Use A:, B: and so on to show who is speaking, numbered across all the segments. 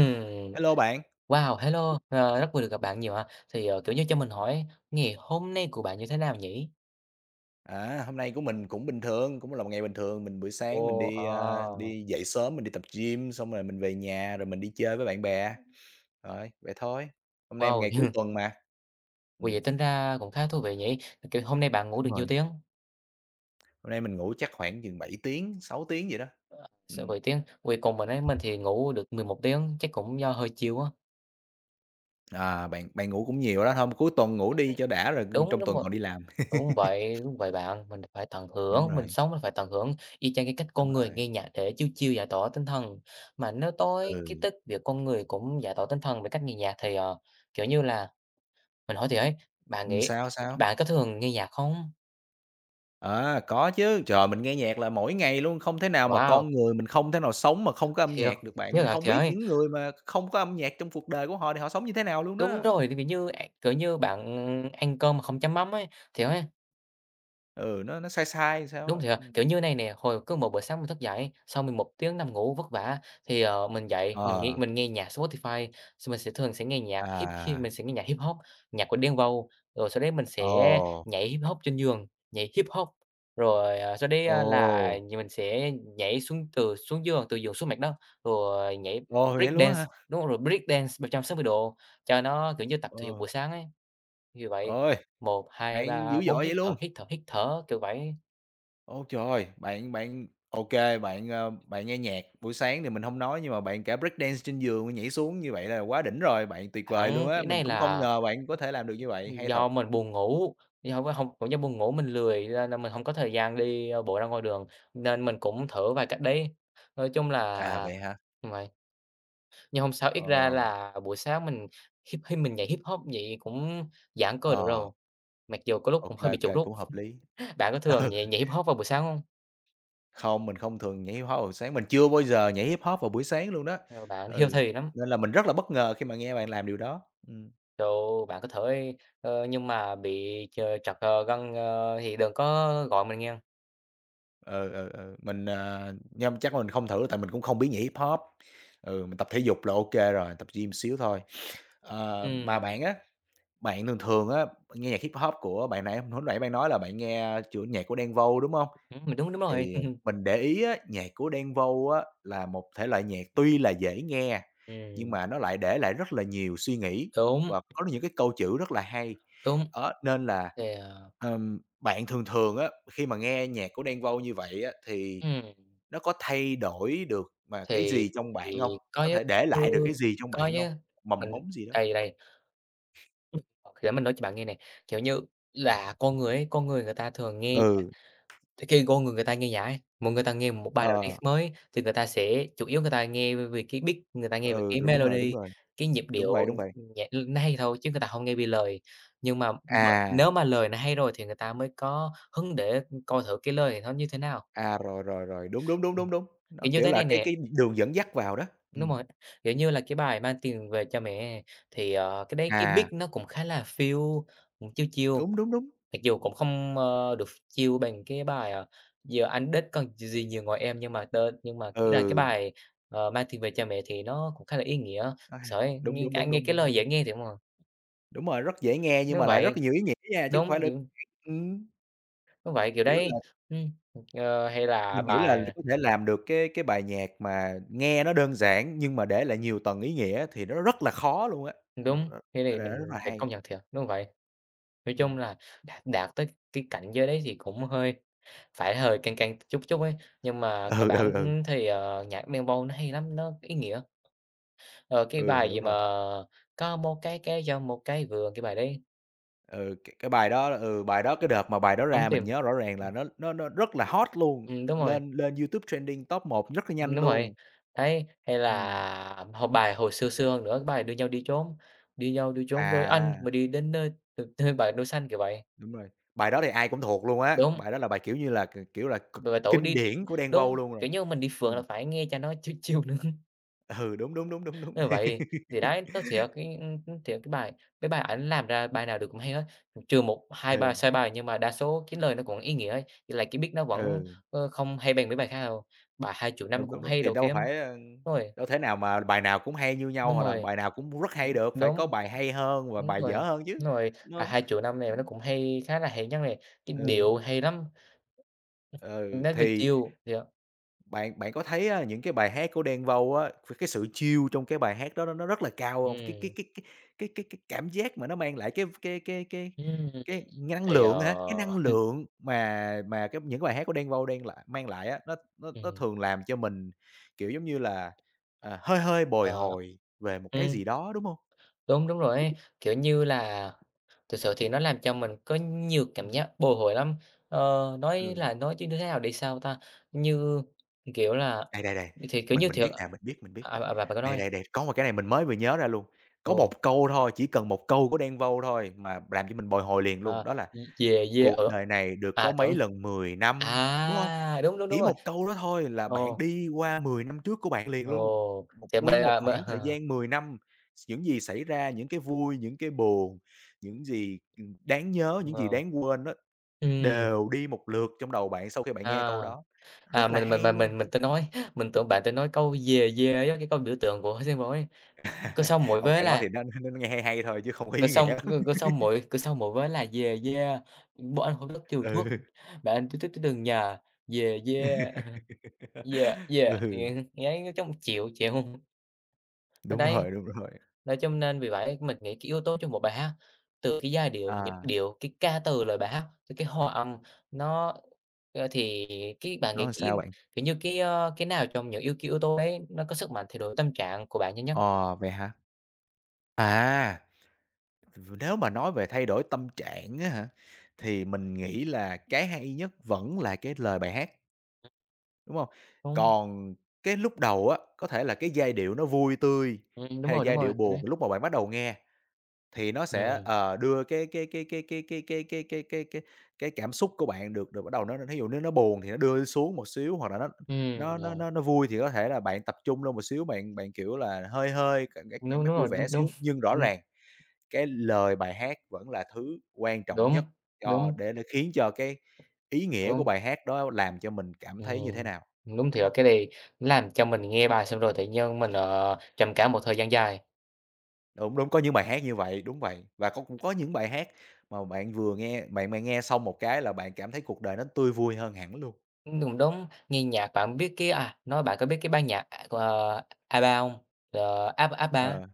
A: À. Hello bạn,
B: Wow, hello, rất vui được gặp bạn nhiều ạ. Thì, kiểu như, cho mình hỏi ngày hôm nay của bạn như thế nào nhỉ?
A: à, hôm nay của mình cũng bình thường, cũng là một ngày bình thường. Buổi sáng mình
B: Ồ,
A: đi, đi dậy sớm, mình đi tập gym, xong rồi mình về nhà rồi mình đi chơi với bạn bè. Rồi, vậy thôi. Hôm nay là
B: wow,
A: ngày cuối tuần mà.
B: vì vậy
A: Ừm,
B: tính ra cũng khá thú vị nhỉ? Kiểu, hôm nay bạn ngủ
A: đúng
B: được
A: rồi,
B: nhiêu tiếng?
A: hôm nay mình ngủ chắc khoảng chừng 7 tiếng, 6 tiếng vậy đó.
B: Sao
A: Ừm,
B: 7 tiếng, vì còn mình ấy, mình thì ngủ được 11 tiếng, chắc cũng do hơi chiều á.
A: à, bạn bạn ngủ cũng nhiều đó, hông cuối tuần ngủ đi cho đã rồi
B: Đúng,
A: trong
B: đúng
A: tuần
B: rồi,
A: còn đi làm.
B: đúng vậy bạn, mình phải tận
A: Đúng
B: hưởng, mình
A: rồi,
B: sống mình phải tận hưởng, y chang cái cách
A: đúng
B: con người
A: rồi.
B: nghe nhạc để chill chill giải tỏa tinh thần. Mà nếu tối cái
A: Ừ,
B: tức việc con người cũng giải tỏa tinh thần bằng cách nghe nhạc thì, kiểu như là mình hỏi thiệt ấy, bạn nghĩ
A: sao, sao?
B: bạn có thường nghe nhạc không?
A: À, có chứ. Trời mình nghe nhạc là mỗi ngày luôn, không thể nào mà
B: Wow,
A: con người mình không thể nào sống mà không có âm
B: thiệt,
A: nhạc được bạn.
B: thiệt
A: Mình
B: hả?
A: không
B: Trời
A: biết
B: ơi,
A: những người mà không có âm nhạc trong cuộc đời của họ thì họ sống như thế nào luôn
B: đúng
A: đó.
B: rồi, kiểu như, bạn ăn cơm mà không chấm mắm ấy, thiệt ấy.
A: Ừ, nó sai sai làm sao
B: Đúng
A: á.
B: thiệt,
A: Ừm.
B: kiểu như này nè, hồi cứ một buổi sáng mình thức dậy, sau mình một tiếng nằm ngủ vất vả thì, mình dậy, mình nghe
A: Ờ,
B: mình nghe nhạc Spotify, xong mình sẽ thường nghe nhạc hip hi
A: à,
B: mình sẽ nghe nhạc hip-hop, nhạc của Đen Vâu, rồi sau đấy mình
A: ồ,
B: sẽ nhảy hip-hop trên giường, nhảy hip-hop, rồi, sau đấy
A: ồ,
B: á là mình sẽ nhảy xuống từ xuống giường, từ giường xuống mặt đất, rồi nhảy
A: ồ,
B: break
A: vậy luôn á
B: dance,
A: hả?
B: đúng rồi, rồi break dance 360 độ cho nó, kiểu như, tập thể dục
A: Ờ,
B: buổi sáng ấy, như vậy.
A: ôi,
B: Một 2
A: bạn
B: 3
A: dữ
B: 4
A: dội vậy
B: hít
A: luôn.
B: thở, hít thở, hít thở, kiểu vậy.
A: Ôi trời. Bạn bạn ok bạn, ờ, bạn nghe nhạc buổi sáng thì mình không nói, nhưng mà bạn cả break dance trên giường, nhảy xuống như vậy là quá đỉnh rồi, bạn tuyệt vời luôn
B: Hẳn,
A: á.
B: cái
A: Mình
B: này
A: cũng không
B: là
A: ngờ bạn có thể làm được như vậy, hay thật.
B: do mình buồn ngủ, do với hông cũng do buồn ngủ mình lười nên là mình hông có thời gian đi, bộ ra ngoài đường, nên mình cũng thử vài cách đấy. Nói chung
A: À,
B: là
A: vậy hả?
B: đúng vậy, nhưng hôm sau ít ra
A: Ờ,
B: là buổi sáng mình nhảy Hip-hop vậy cũng giãn cơ được
A: ờ,
B: rồi, mặc dù có lúc cũng hơi
A: ô
B: bị chuột
A: kê,
B: rút.
A: cũng hợp lý.
B: Bạn có thường
A: Ừ,
B: nhảy nhảy Hip-hop vào buổi sáng hông?
A: không, mình không thường nhảy hip hop vào buổi sáng, mình chưa bao giờ nhảy hip hop vào buổi sáng luôn đó.
B: Ờ, bạn
A: Ừ,
B: healthy lắm,
A: nên là mình rất là bất ngờ khi mà nghe bạn làm điều đó. Ừm,
B: đồ bạn có thể nhưng mà bị trật, gân, thì đừng có gọi mình nghe.
A: ừ, mình, à, nhưng chắc mình không thử tại mình cũng không biết nhảy hip hop. Ừ, mình tập thể dục là ô kê rồi, tập gym xíu thôi. Ờ, mà
B: Ừm,
A: bạn á, bạn thường thường á, nghe nhạc hip hop của bạn hồi nãy bạn nói là bạn nghe, kiểu, nhạc của Đen Vâu, đúng hông?
B: mình đúng đúng rồi.
A: Thì mình để ý á, nhạc của Đen Vâu á là một thể loại nhạc tuy là dễ nghe, nhưng
B: Ừm.
A: mà nó lại để lại rất là nhiều suy nghĩ
B: Đúng,
A: và có những cái câu chữ rất là hay.
B: đúng,
A: Đó, nên là,
B: thì,
A: bạn thường thường á, khi mà nghe nhạc của Đen Vâu như vậy á, thì
B: ừm,
A: nó có thay đổi được mà cái
B: thì
A: gì trong bạn không?
B: thì có
A: Có
B: chứ,
A: thể để
B: ừ,
A: lại được cái gì trong
B: có
A: bạn
B: chứ,
A: không? Mầm
B: mình
A: mống gì đó?
B: đây, đây, ok, để mình nói cho bạn nghe nè, kiểu như là, con người ấy, con người người ta thường nghe nhạc
A: Ừ,
B: thì khi con người người ta nghe nhạc ấy, mà người ta nghe một bài nào
A: ờ,
B: đấy mới thì người ta sẽ chủ yếu người ta nghe về cái beat, người ta nghe về
A: ừ,
B: cái
A: rồi, đúng rồi, đúng
B: melody,
A: rồi,
B: cái nhịp
A: đúng
B: điệu
A: vậy, đúng vậy.
B: nhạc nó hay thôi chứ người ta hông nghe vì lời. Nhưng mà
A: À.
B: nếu mà lời nó hay rồi thì người ta mới có hứng để coi thử cái lời nó như thế nào.
A: À, rồi, rồi, rồi, đúng, đúng, đúng,
B: Ừm,
A: đúng, đúng, nó,
B: kiểu như
A: kiểu
B: thế
A: là,
B: này
A: cái
B: nè.
A: cái đường dẫn dắt vào đó,
B: Đúng
A: ừm,
B: rồi, kiểu như là, cái bài "Mang tiền về cho mẹ" thì, cái đấy cái beat
A: à,
B: nó cũng khá là feel, cũng chill chill,
A: đúng, đúng, đúng,
B: mặc dù cũng không, được chill bằng cái bài, "Giờ anh đếch còn gì nhiều ngoài em" nhưng mà ý là cái
A: ừ,
B: bài, "Mang tiền về cho mẹ" thì nó cũng khá là ý nghĩa. Thực
A: à,
B: sự
A: đúng,
B: nghe
A: đúng,
B: ai
A: đúng,
B: nghe
A: đúng,
B: cái
A: đúng,
B: lời dễ
A: đúng,
B: nghe thì đúng rồi,
A: đúng rồi, rất dễ nghe nhưng
B: đúng
A: mà lại
B: vậy,
A: rất nhiều ý nghĩa nha, chứ không
B: đúng,
A: phải đơn
B: kiểu,
A: ừm,
B: đúng vậy, kiểu
A: kiểu
B: đấy,
A: là,
B: ừm, hay là
A: mình nghĩ là
B: bài
A: có thể làm được cái bài nhạc mà nghe nó đơn giản nhưng mà để lại nhiều tầng ý nghĩa thì nó rất là khó luôn á, ờ,
B: đúng,
A: ờ,
B: thế
A: phải
B: thì
A: là rất
B: mình
A: là
B: phải
A: hay,
B: công nhận thiệt, đúng vậy. Nói
A: ừm,
B: chung là đạt đạt tới cái cảnh giới đấy thì cũng hơi phải hơi căng căng chút chút ấy, nhưng mà cơ
A: ừ, ừ,
B: bản
A: ừ,
B: thì, nhạc Đen Vâu nó hay lắm, nó ý nghĩa. Ờ, cái
A: ừ,
B: bài
A: hiểu
B: gì mà
A: rồi.
B: "Có một cái cây trong một cái vườn", cái bài đấy
A: Ừ, cái bài đó ừ, bài đó cái đợt mà bài đó
B: "Trốn
A: ra
B: tìm",
A: mình nhớ rõ ràng
B: ừm,
A: là nó rất là hot luôn,
B: đúng rồi,
A: lên lên YouTube trending top một rất là nhanh
B: đúng rồi.
A: luôn.
B: Đấy, hay
A: Ừm,
B: là hồi xưa xưa hơn nữa, cái bài "Đưa nhau đi trốn", "Đưa nhau đi trốn với anh
A: à,
B: mà đi đến nơi từ nơi bạn đủ xanh", kiểu vậy.
A: đúng rồi, bài đó thì ai cũng thuộc luôn á,
B: Đúng,
A: bài đó là bài, kiểu như là, kiểu là, cực
B: rồi tủ
A: kinh
B: đi
A: điển của Đen Vâu
B: đúng,
A: luôn rồi.
B: kiểu như, mình đi phượt là
A: Ừm,
B: phải nghe cho nó chill chill nữa.
A: ừ, đúng, đúng, đúng, đúng, đúng.
B: Đúng là vậy, thì đấy, nó sẽ cái, ưm, thì cái bài ảnh làm ra bài nào được cũng hay hết, trừ một hai 3
A: Ừ,
B: sai bài nhưng mà đa số cái lời nó cũng ý nghĩa ấy, với lại cái beat nó vẫn,
A: ừ,
B: không hay bằng mấy bài khác đâu. Bài "Hai Triệu Năm"
A: đúng,
B: cũng
A: đúng, đúng,
B: hay
A: thì
B: đâu
A: đâu
B: kém,
A: phải, ơ,
B: đúng rồi,
A: đâu thể nào mà bài nào cũng hay như nhau
B: đúng
A: hoặc là
B: rồi,
A: bài nào cũng rất hay được, phải có
B: đúng,
A: bài hay hơn và
B: đúng
A: bài
B: rồi,
A: dở hơn chứ,
B: đúng rồi,
A: đúng
B: bài
A: không?
B: "Hai Triệu Năm" này nó cũng hay, khá là hay nhất này, cái
A: ừ,
B: điệu hay lắm,
A: ừ,
B: nó vừa
A: thì
B: chill, thì,
A: Bạn bạn có thấy á, những cái bài hát của Đen Vâu á, cái sự chill trong cái bài hát đó nó rất là cao hông?
B: ừm,
A: Cái cảm giác mà nó mang lại cái năng
B: thì, ờ,
A: lượng hả? Cái năng lượng mà cái những cái bài hát của Đen Vâu đen lại mang lại á, nó
B: ừm,
A: thường làm cho mình, kiểu, giống như là, à, hơi hơi bồi
B: ờ,
A: hồi về một cái
B: ừm.
A: gì đó, đúng hông?
B: Đúng, đúng rồi ấy. Kiểu như là, thực sự thì nó làm cho mình có nhiều cảm
A: Ừm,
B: giác bồi hồi lắm. Ờ, nói
A: ừ.
B: là nói chứ như thế nào đi sao ta? Như, kiểu là,
A: Đây, đây, đây,
B: thì, kiểu như,
A: mình
B: thiệt,
A: biết nè, mình biết, mình biết.
B: à, bà cứ
A: Đây,
B: nói.
A: đây, đây, có một cái này mình mới vừa nhớ ra luôn. Có một
B: Ồ,
A: câu thôi, chỉ cần một câu của Đen Vâu thôi mà làm cho mình bồi hồi liền luôn,
B: à,
A: đó là
B: "Về quê
A: "Cuộc
B: ở",
A: đời này được có mấy
B: tưởng,
A: lần 10 năm", đúng hông?
B: đúng, đúng, đúng
A: Chỉ
B: rồi.
A: một câu đó thôi là bạn
B: Ồ,
A: đi qua 10 năm trước của bạn liền
B: ồ,
A: luôn, một
B: thì mình,
A: nguyên một khoảng thời gian 10 năm, những gì xảy ra, những cái vui, những cái buồn, những gì, đáng nhớ, những gì
B: ờ,
A: đáng quên á, đều đi một lượt trong đầu bạn sau khi bạn nghe
B: à,
A: câu đó, rất là
B: mình mình
A: hay
B: mình
A: luôn.
B: mình mình tính nói, mình tưởng bạn tính nói câu "về quê" á, cái câu biểu tượng của Singapore ấy. Có xong mỗi
A: Ồ,
B: vế
A: cái đó
B: là
A: thì nó nghe hay hay thôi chứ không có
B: Cứ
A: ý
B: xong
A: nghĩa lắm.
B: cứ cứ xong mỗi vế là "về yeah", bọn anh hông rất kêu thuốc,
A: Ừ.
B: bạn tui tui tui đừng nhờ, "về yeah", "yeah, yeah",
A: Ừ,
B: ngáy nó trông chịu chịu. Đó
A: đúng
B: đấy,
A: rồi, đúng rồi.
B: đó cho nên vì vậy mình nghĩ cái yếu tố trong một bài hát, từ cái giai điệu, nhịp
A: À,
B: điệu, cái ca từ lời bài hát, tới cái hòa âm nó, ơ, thì cái bạn
A: nó
B: nghĩ
A: làm
B: cái,
A: sao bạn?
B: kiểu như, cái, cái nào trong những cái yếu tố đấy nó có sức mạnh thay đổi tâm trạng của bạn nhanh nhất?
A: Ờ, vậy hả? À, nếu mà nói về thay đổi tâm trạng á hả, thì mình nghĩ là cái hay nhất vẫn là cái lời bài hát, đúng không?
B: Đúng,
A: Còn cái lúc đầu á, có thể là cái giai điệu nó vui tươi hay là
B: đúng
A: giai điệu
B: rồi,
A: buồn
B: đấy.
A: lúc mà bạn bắt đầu nghe. Thì nó sẽ,
B: Ừm,
A: ờ, đưa cái cảm xúc của bạn được được bắt đầu nó thí dụ nếu nó buồn thì nó đưa xuống một xíu, hoặc là nó nó nó
B: rồi.
A: nó nó vui thì có thể là bạn tập trung lên một xíu, bạn bạn, kiểu là, hơi hơi, cảm giác
B: Đúng,
A: bạn
B: đúng
A: mát vui
B: rồi,
A: vẻ
B: đúng, đúng.
A: xíu. Nhưng rõ
B: Ừm,
A: ràng cái lời bài hát vẫn là thứ quan trọng
B: đúng,
A: nhất cho
B: đúng,
A: để khiến cho cái ý nghĩa của
B: đúng.
A: bài hát đó làm cho mình cảm thấy như thế
B: Ừm,
A: nào,
B: đúng
A: đúng
B: thiệt,
A: không?
B: cái này làm cho mình nghe bài xong rồi tự nhiên mình, trầm cảm một thời gian dài.
A: Đúng, đúng, có những bài hát như vậy, đúng vậy. Và có cũng có những bài hát mà bạn vừa nghe bạn bạn nghe xong một cái là bạn cảm thấy cuộc đời nó tươi vui hơn hẳn luôn.
B: Đúng, đúng, nghe nhạc bạn biết cái nói bạn có biết cái ban nhạc, ABBA hông? Ờ, ABBA,
A: Ờ,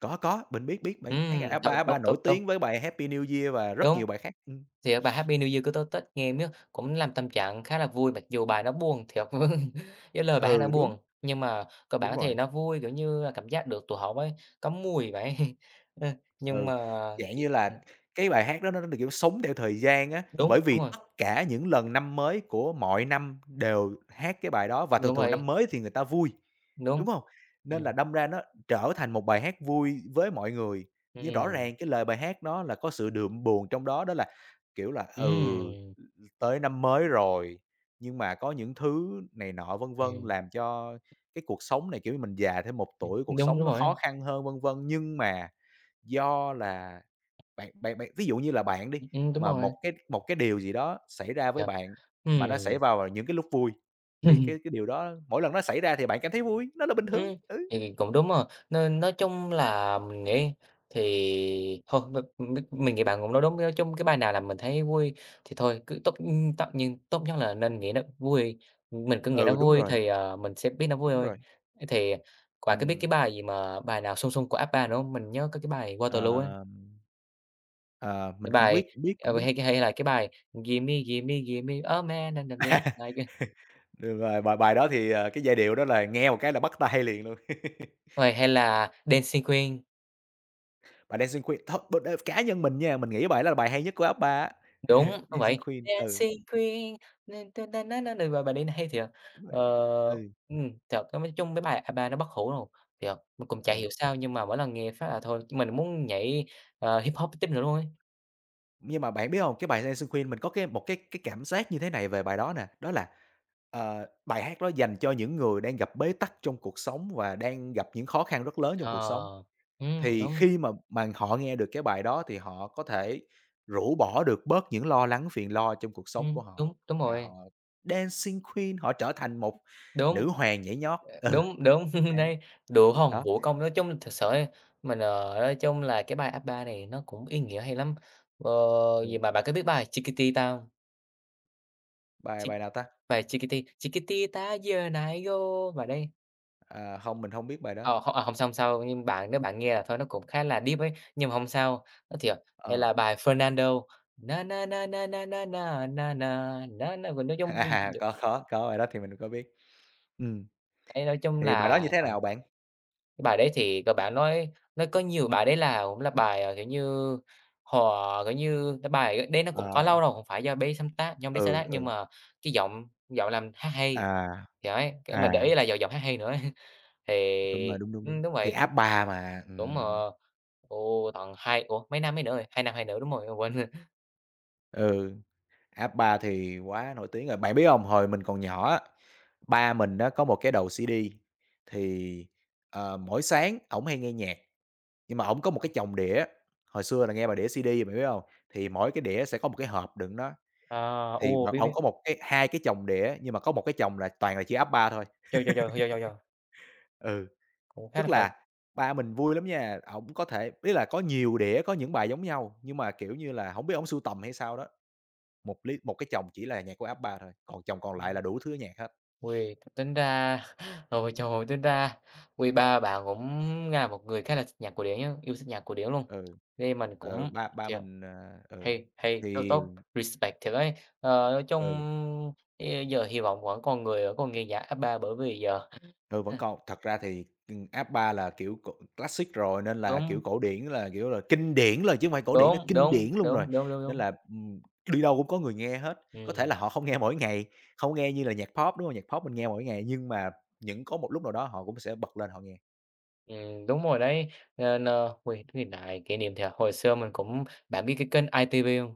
A: có, mình biết, biết, bạn mấy người ABBA,
B: thôi,
A: ABBA
B: tốt,
A: nổi
B: tốt, tốt,
A: tiếng với bài Happy New Year và rất nhiều
B: đúng.
A: bài khác.
B: Thì á, bài Happy New Year của tố Tết nghe miết cũng làm tâm trạng khá là vui, mặc dù bài nó buồn thiệt, với lời bài hát nó
A: Ừ, đúng,
B: buồn, nhưng mà cơ
A: đúng
B: bản thì
A: rồi.
B: nó vui, kiểu như là, cảm giác được tụi họ mới có mùi vậy. Ơ, nhưng
A: Ừ,
B: mà
A: dạng
B: kiểu
A: như là cái bài hát đó nó được, kiểu, sống theo thời gian á,
B: đúng,
A: bởi
B: đúng
A: vì
B: rồi,
A: tất cả những lần năm mới của mọi năm đều hát cái bài đó và thường
B: đúng
A: thường năm
B: rồi,
A: mới thì người ta vui,
B: đúng,
A: đúng hông? Nên là
B: ừm,
A: đâm ra nó trở thành một bài hát vui với mọi người, nhưng rõ
B: ừm,
A: ràng cái lời bài hát đó là có sự đượm buồn trong đó, đó là, kiểu là, ừ,
B: ừm,
A: tới năm mới rồi, nhưng mà có những thứ này nọ, vân vân,
B: ừm,
A: làm cho cái cuộc sống này, kiểu như, mình già thêm một tuổi,
B: đúng,
A: cuộc sống
B: đúng
A: nó
B: rồi á,
A: khó khăn hơn, vân vân, nhưng mà Do là bạn bạn bạn ví dụ như là bạn đi,
B: đúng
A: mà
B: rồi,
A: một cái điều gì đó xảy ra với
B: dạ,
A: bạn mà
B: ừm.
A: nó xảy vào những cái lúc vui, thì cái cái điều đó mỗi lần nó xảy ra thì bạn cảm thấy vui, nó là bình thường,
B: Ừ
A: ừ.
B: thì cũng đúng rồi, nên nói chung là mình nghĩ thì thôi m m mình nghĩ bạn cũng nói đúng, nói chung cái bài nào làm mình thấy vui thì thôi cứ tốt, ưm, tất nhiên tốt nhất là nên nghĩ nó vui, mình cứ nghĩ nó
A: Ừ,
B: vui thì, mình sẽ biết nó vui
A: đúng
B: thôi.
A: rồi,
B: Thì bạn cái biết cái
A: ừm,
B: bài gì mà bài nào "Sung Sung" của Abba nữa hông? Mình nhớ có cái bài "Waterloo" ấy,
A: ờ, ờ,
B: cái
A: mình cũng
B: bài,
A: biết cũng biết, cũng biết.
B: hay hay là cái bài "Gimme, gimme, gimme a man and a man",
A: Được rồi, bài bài đó thì, ờ, cái giai điệu đó là nghe một cái là bắt tay liền luôn.
B: hay là "Dancing Queen".
A: Bài Dancing Queen thôi b đ cá nhân mình nha, mình nghĩ bài đó là bài hay nhất của ABBA á.
B: Đúng, đúng vậy.
A: Dancing Queen, ừ,
B: Dancing Queen và bài đấy hay thiệt.
A: đúng rồi,
B: Ờ,
A: ừ,
B: thật nói chung mấy bài ABBA nó bất hủ luôn, thiệt, mình cũng chả
A: ừ.
B: hiểu sao nhưng mà mỗi lần nghe phát là thôi, mình muốn nhảy, hip hop tí nữa luôn ấy.
A: Nhưng mà bạn biết hông, cái bài Dancing Queen mình có một cái cảm giác như thế này về bài đó nè, đó là, ờ, bài hát đó dành cho những người đang gặp bế tắc trong cuộc sống và đang gặp những khó khăn rất lớn trong
B: Ờ,
A: cuộc sống.
B: cũng
A: Thì
B: đúng,
A: khi mà họ nghe được cái bài đó thì họ có thể rũ bỏ được bớt những lo lắng, phiền lo trong cuộc sống của họ,
B: đúng, đúng
A: và họ
B: rồi,
A: Dancing Queen, họ trở thành một nữ
B: đúng,
A: hoàng nhảy nhót.
B: ờ,
A: Ừ,
B: đúng, đúng,
A: đấy,
B: đấy, được hông?
A: đó,
B: Vũ công nói chung thực sự ấy, mình, nói chung là cái bài ABBA này nó cũng ý nghĩa hay lắm. Ờ,
A: ừ,
B: gì mà bạn có biết bài Chiquitita hông? Ch
A: bài bài nào ta?
B: Về "Chiquiti", "Chiquitita-llena-yo" bài đấy,
A: À, hông, mình hông biết bài đó.
B: ờ, không, hông sao, nhưng bạn nếu bạn nghe là thôi nó cũng khá là deep ấy, nhưng mà hông sao, nó thì, hay là
A: Ờ,
B: bài Fernando, na na na na na na na na na na na, mình nói chung, ưm,
A: à,
B: d
A: có, bài đó thì mình có biết. Ừm.
B: ấy, nói chung
A: Thì bài đó
B: là
A: như thế nào bạn?
B: cái bài đấy thì cơ bản nói nó có nhiều bài đấy là cũng là bài, kiểu như, họ, kiểu như, cái bài đấy nó
A: Ờ,
B: cũng có lâu rồi, không phải do Bay sáng tác do Bay sáng
A: ừ,
B: tác, nhưng
A: ừ,
B: mà cái giọng giọng làm hát hay,
A: à,
B: thì ấy, cái mình để
A: à,
B: ý là do giọng hát hay nữa ấy.
A: đúng rồi,
B: Thì
A: đúng, đúng, đúng.
B: đúng
A: Thì
B: vậy.
A: App Ba mà,
B: Đúng rồi, ồ, tận hai ủa, mấy năm mấy nữ rồi? Hai nam 2 nữ, đúng rồi, mình quên rồi.
A: ừ, App Ba thì quá nổi tiếng rồi. Bạn biết hông, hồi mình còn nhỏ á, ba mình á có một cái đầu CD thì, mỗi sáng ổng hay nghe nhạc, nhưng mà ổng có một cái chồng đĩa, hồi xưa là nghe bằng đĩa CD bạn biết hông? Thì mỗi cái đĩa sẽ có một cái hộp đựng nó,
B: Ờ,
A: thì
B: ồ,
A: mà
B: biết,
A: ổng
B: biết.
A: có một cái hai cái chồng đĩa nhưng mà có một cái chồng là toàn là chỉ App Ba thôi.
B: Trời, trời, trời, trời, trời, trời,
A: Ừ.
B: cũng khá
A: Tức
B: là phàn.
A: là ba mình vui lắm nha, ổng có thể ý là có nhiều đĩa, có những bài giống nhau, nhưng mà, kiểu như là, hổng biết ổng sưu tầm hay sao đó, một cái chồng chỉ là nhạc của ABBA thôi, còn chồng còn lại là
B: Ừm,
A: đủ thứ nhạc hết.
B: ôi, tính ra ôi, trời ơi, tính ra, ôi, ba bạn cũng là một người khá là thích nhạc cổ điển nhá, yêu thích nhạc cổ điển luôn.
A: Ừ,
B: Nên mình
A: ờ,
B: cũng
A: ba ba
B: thiệt,
A: mình, à ừ,
B: hay, hay, tốt,
A: thì
B: tốt, respect thiệt ấy. Ờ, nói
A: ừ.
B: chung, ê, giờ hy vọng vẫn còn người ở còn nghe nhạc app ba bởi vì giờ
A: Ừ, vẫn còn. Thật ra thì, app-ba là, kiểu, cổ classic rồi nên là,
B: đúng,
A: kiểu, cổ điển là, kinh điển rồi chứ không phải cổ điển nó
B: đúng,
A: kinh
B: đúng,
A: điển luôn rồi.
B: đúng, đúng, đúng,
A: Nên
B: đúng,
A: là, đi đâu cũng có người nghe hết. Có thể
B: ừm.
A: là họ không nghe mỗi ngày, không nghe như là nhạc pop, đúng không? Nhạc pop mình nghe mỗi ngày, nhưng mà có một lúc nào đó họ cũng sẽ bật lên họ nghe.
B: Đúng rồi đấy, nên, ôi, cái này kỷ niệm thì hồi xưa mình cũng bạn biết cái kênh ITV hông?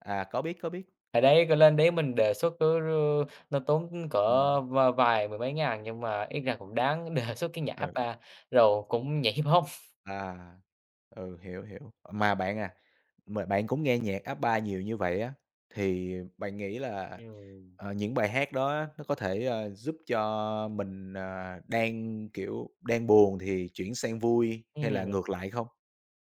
A: À, có biết, có biết.
B: Hồi đấy cứ lên đấy mình đề xuất cứ rơ nó tốn cỡ
A: Ừm.
B: vài mười mấy ngàn nhưng mà ít ra cũng đáng đề xuất cái nhạc
A: Ừ.
B: Abba, rồi cũng nhảy Hip-hop.
A: À, ừ, hiểu, hiểu. Mà bạn à, mà bạn cũng nghe nhạc app Ba nhiều như vậy á, thì bạn nghĩ là,
B: Ừm,
A: những bài hát đó nó có thể, giúp cho mình, ờ, đang, kiểu, đang buồn thì chuyển sang vui hay là
B: ừm.
A: ngược lại không?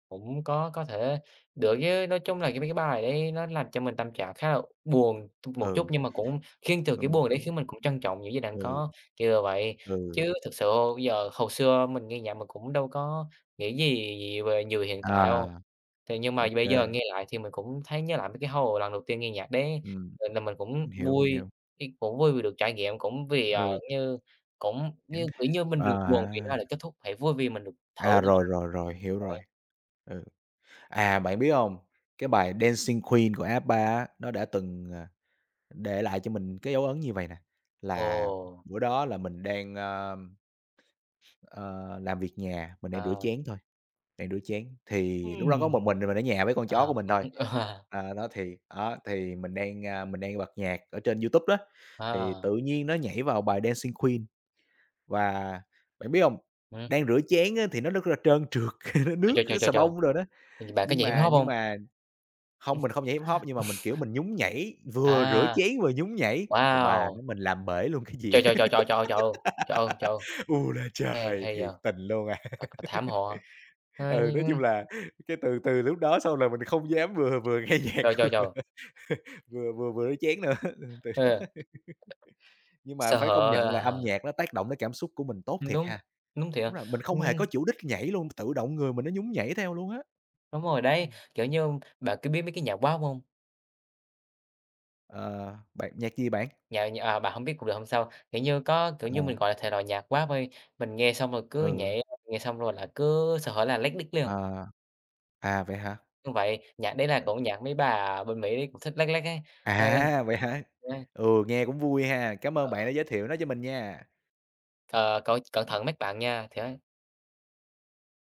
B: Cũng có thể được chứ, nói chung là cái mấy cái bài đấy nó làm cho mình tâm trạng khá là buồn một chút,
A: Ừ.
B: nhưng mà cũng khiến từ cái
A: Đúng,
B: buồn đấy
A: đúng.
B: khiến mình cũng trân trọng những gì đang
A: Ừ,
B: có, kiểu là vậy.
A: ừ,
B: Chứ thực sự giờ hồi xưa mình nghe nhạc mình cũng đâu có nghĩ gì về nhiều hiện tại đâu,
A: à,
B: thì nhưng mà
A: ok
B: bây
A: kê,
B: giờ nghe lại thì mình cũng thấy nhớ lại mấy cái hồi lần đầu tiên nghe nhạc đấy, rồi là mình cũng
A: mình
B: vui,
A: hiểu.
B: cái cũng vui vì được trải nghiệm, cũng vì,
A: Ừ,
B: như cũng
A: chính
B: như, kiểu như, mình
A: à,
B: được buồn vì nó đã kết thúc, hãy vui vì mình được thở
A: à, rồi, rồi, rồi, hiểu rồi.
B: vậy.
A: Ừ, à, bạn biết không? Cái bài Dancing Queen của Abba á, nó đã từng, à, để lại cho mình cái dấu ấn như vậy nè, là
B: Ồ.
A: bữa đó là mình đang, làm việc nhà, mình đang rửa
B: À.
A: chén thôi, đang rửa chén, thì lúc đó có một
B: Ừm.
A: mình ở nhà với con chó
B: Ờ,
A: của mình thôi.
B: à,
A: À, đó, thì mình đang, mình đang bật nhạc ở trên YouTube đó, thì
B: à,
A: tự nhiên nó nhảy vào bài Dancing Queen và bạn biết không,
B: ừm,
A: đang rửa chén á thì nó rất là trơn trượt, nó
B: trời,
A: nước,
B: trời, trời,
A: nó
B: trời,
A: xà
B: trời,
A: bông rồi đó,
B: vậy bạn có
A: nhưng
B: nhảy hip
A: mà
B: Hop
A: nhưng
B: hông?
A: mà không, mình không nhảy hip hop nhưng mà mình, kiểu, mình nhún nhảy, vừa rửa
B: À,
A: chén vừa nhún nhảy, mà bà
B: wow!
A: nói mình làm bể luôn cái dĩa.
B: Trời, trời, trời, trời, trời, trời, trời ơi,
A: U là
B: hay
A: trời,
B: hay
A: thiệt
B: vậy,
A: tình luôn à.
B: thật là thảm họa, ơ,
A: Ừ, nói
B: nhưng
A: chung là cái từ từ lúc đó xong là mình không dám vừa vừa nghe nhạc
B: trời, trời,
A: vừa
B: trời,
A: vừa vừa vừa rửa chén nữa, ừ, từ
B: ờ,
A: đó. Nhưng mà
B: sợ,
A: phải công nhận là âm
B: à,
A: nhạc nó tác động đến cảm xúc của mình tốt
B: ừm,
A: thiệt
B: đúng,
A: ha.
B: đúng thiệt,
A: Đúng là mình không hề
B: ừm,
A: có chủ đích nhảy luôn, tự động người mình nó nhún nhảy theo luôn á.
B: đúng rồi đấy,
A: Ừm,
B: kiểu như, bạn có biết mấy cái nhạc Pop hông?
A: ờ, Bạn nhạc gì bạn?
B: Nhạc nh à, bạn hổng biết cũng được hông sao, kiểu như, có kiểu
A: À,
B: như, mình, gọi là, thể loại nhạc Pop thôi, mình nghe xong rồi cứ
A: ừ,
B: nhảy, nghe xong rồi là cứ sợ hở là lách đít liền.
A: à, à, vậy hả?
B: Đúng vậy, nhạc đấy là cũng nhạc mấy bà bên Mỹ đấy cũng thích lắc lắc ấy. Ê, ê,
A: À, vậy hả?
B: ê,
A: Ừ, nghe cũng vui ha. Cảm ơn bạn
B: ờ,
A: đã giới thiệu nó cho mình nha.
B: ờ, cẩn cẩn
A: Ừm,
B: thận mấy bạn nha, thì ấy,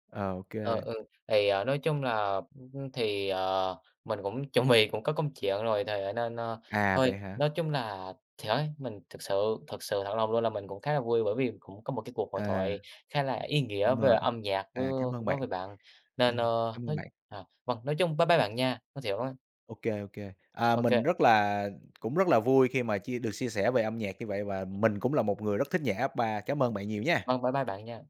A: ờ, ô kê.
B: nói chung là, mình cũng chuẩn bị cũng có công chuyện rồi, thì nên,
A: À,
B: thôi,
A: vậy hả?
B: nói chung là thì ấy, mình thực sự thật lòng luôn là mình cũng khá là vui bởi vì cũng có một cái cuộc hội
A: À,
B: thoại khá là ý nghĩa
A: đúng
B: về
A: rồi.
B: âm nhạc với
A: À, cảm ơn
B: nói
A: bạn.
B: về bạn. Nên,
A: Ừm, cám ơn bạn.
B: vâng, nói chung bye bye bạn nha, nói thiệt luôn ấy.
A: Ô kê, ô kê. À,
B: Ô
A: mình rất là cũng rất là vui khi mà chia sẻ về âm nhạc như vậy và mình cũng là một người rất thích nhạc Abba. Cảm ơn bạn nhiều nha.
B: vâng, bye bye bạn nha.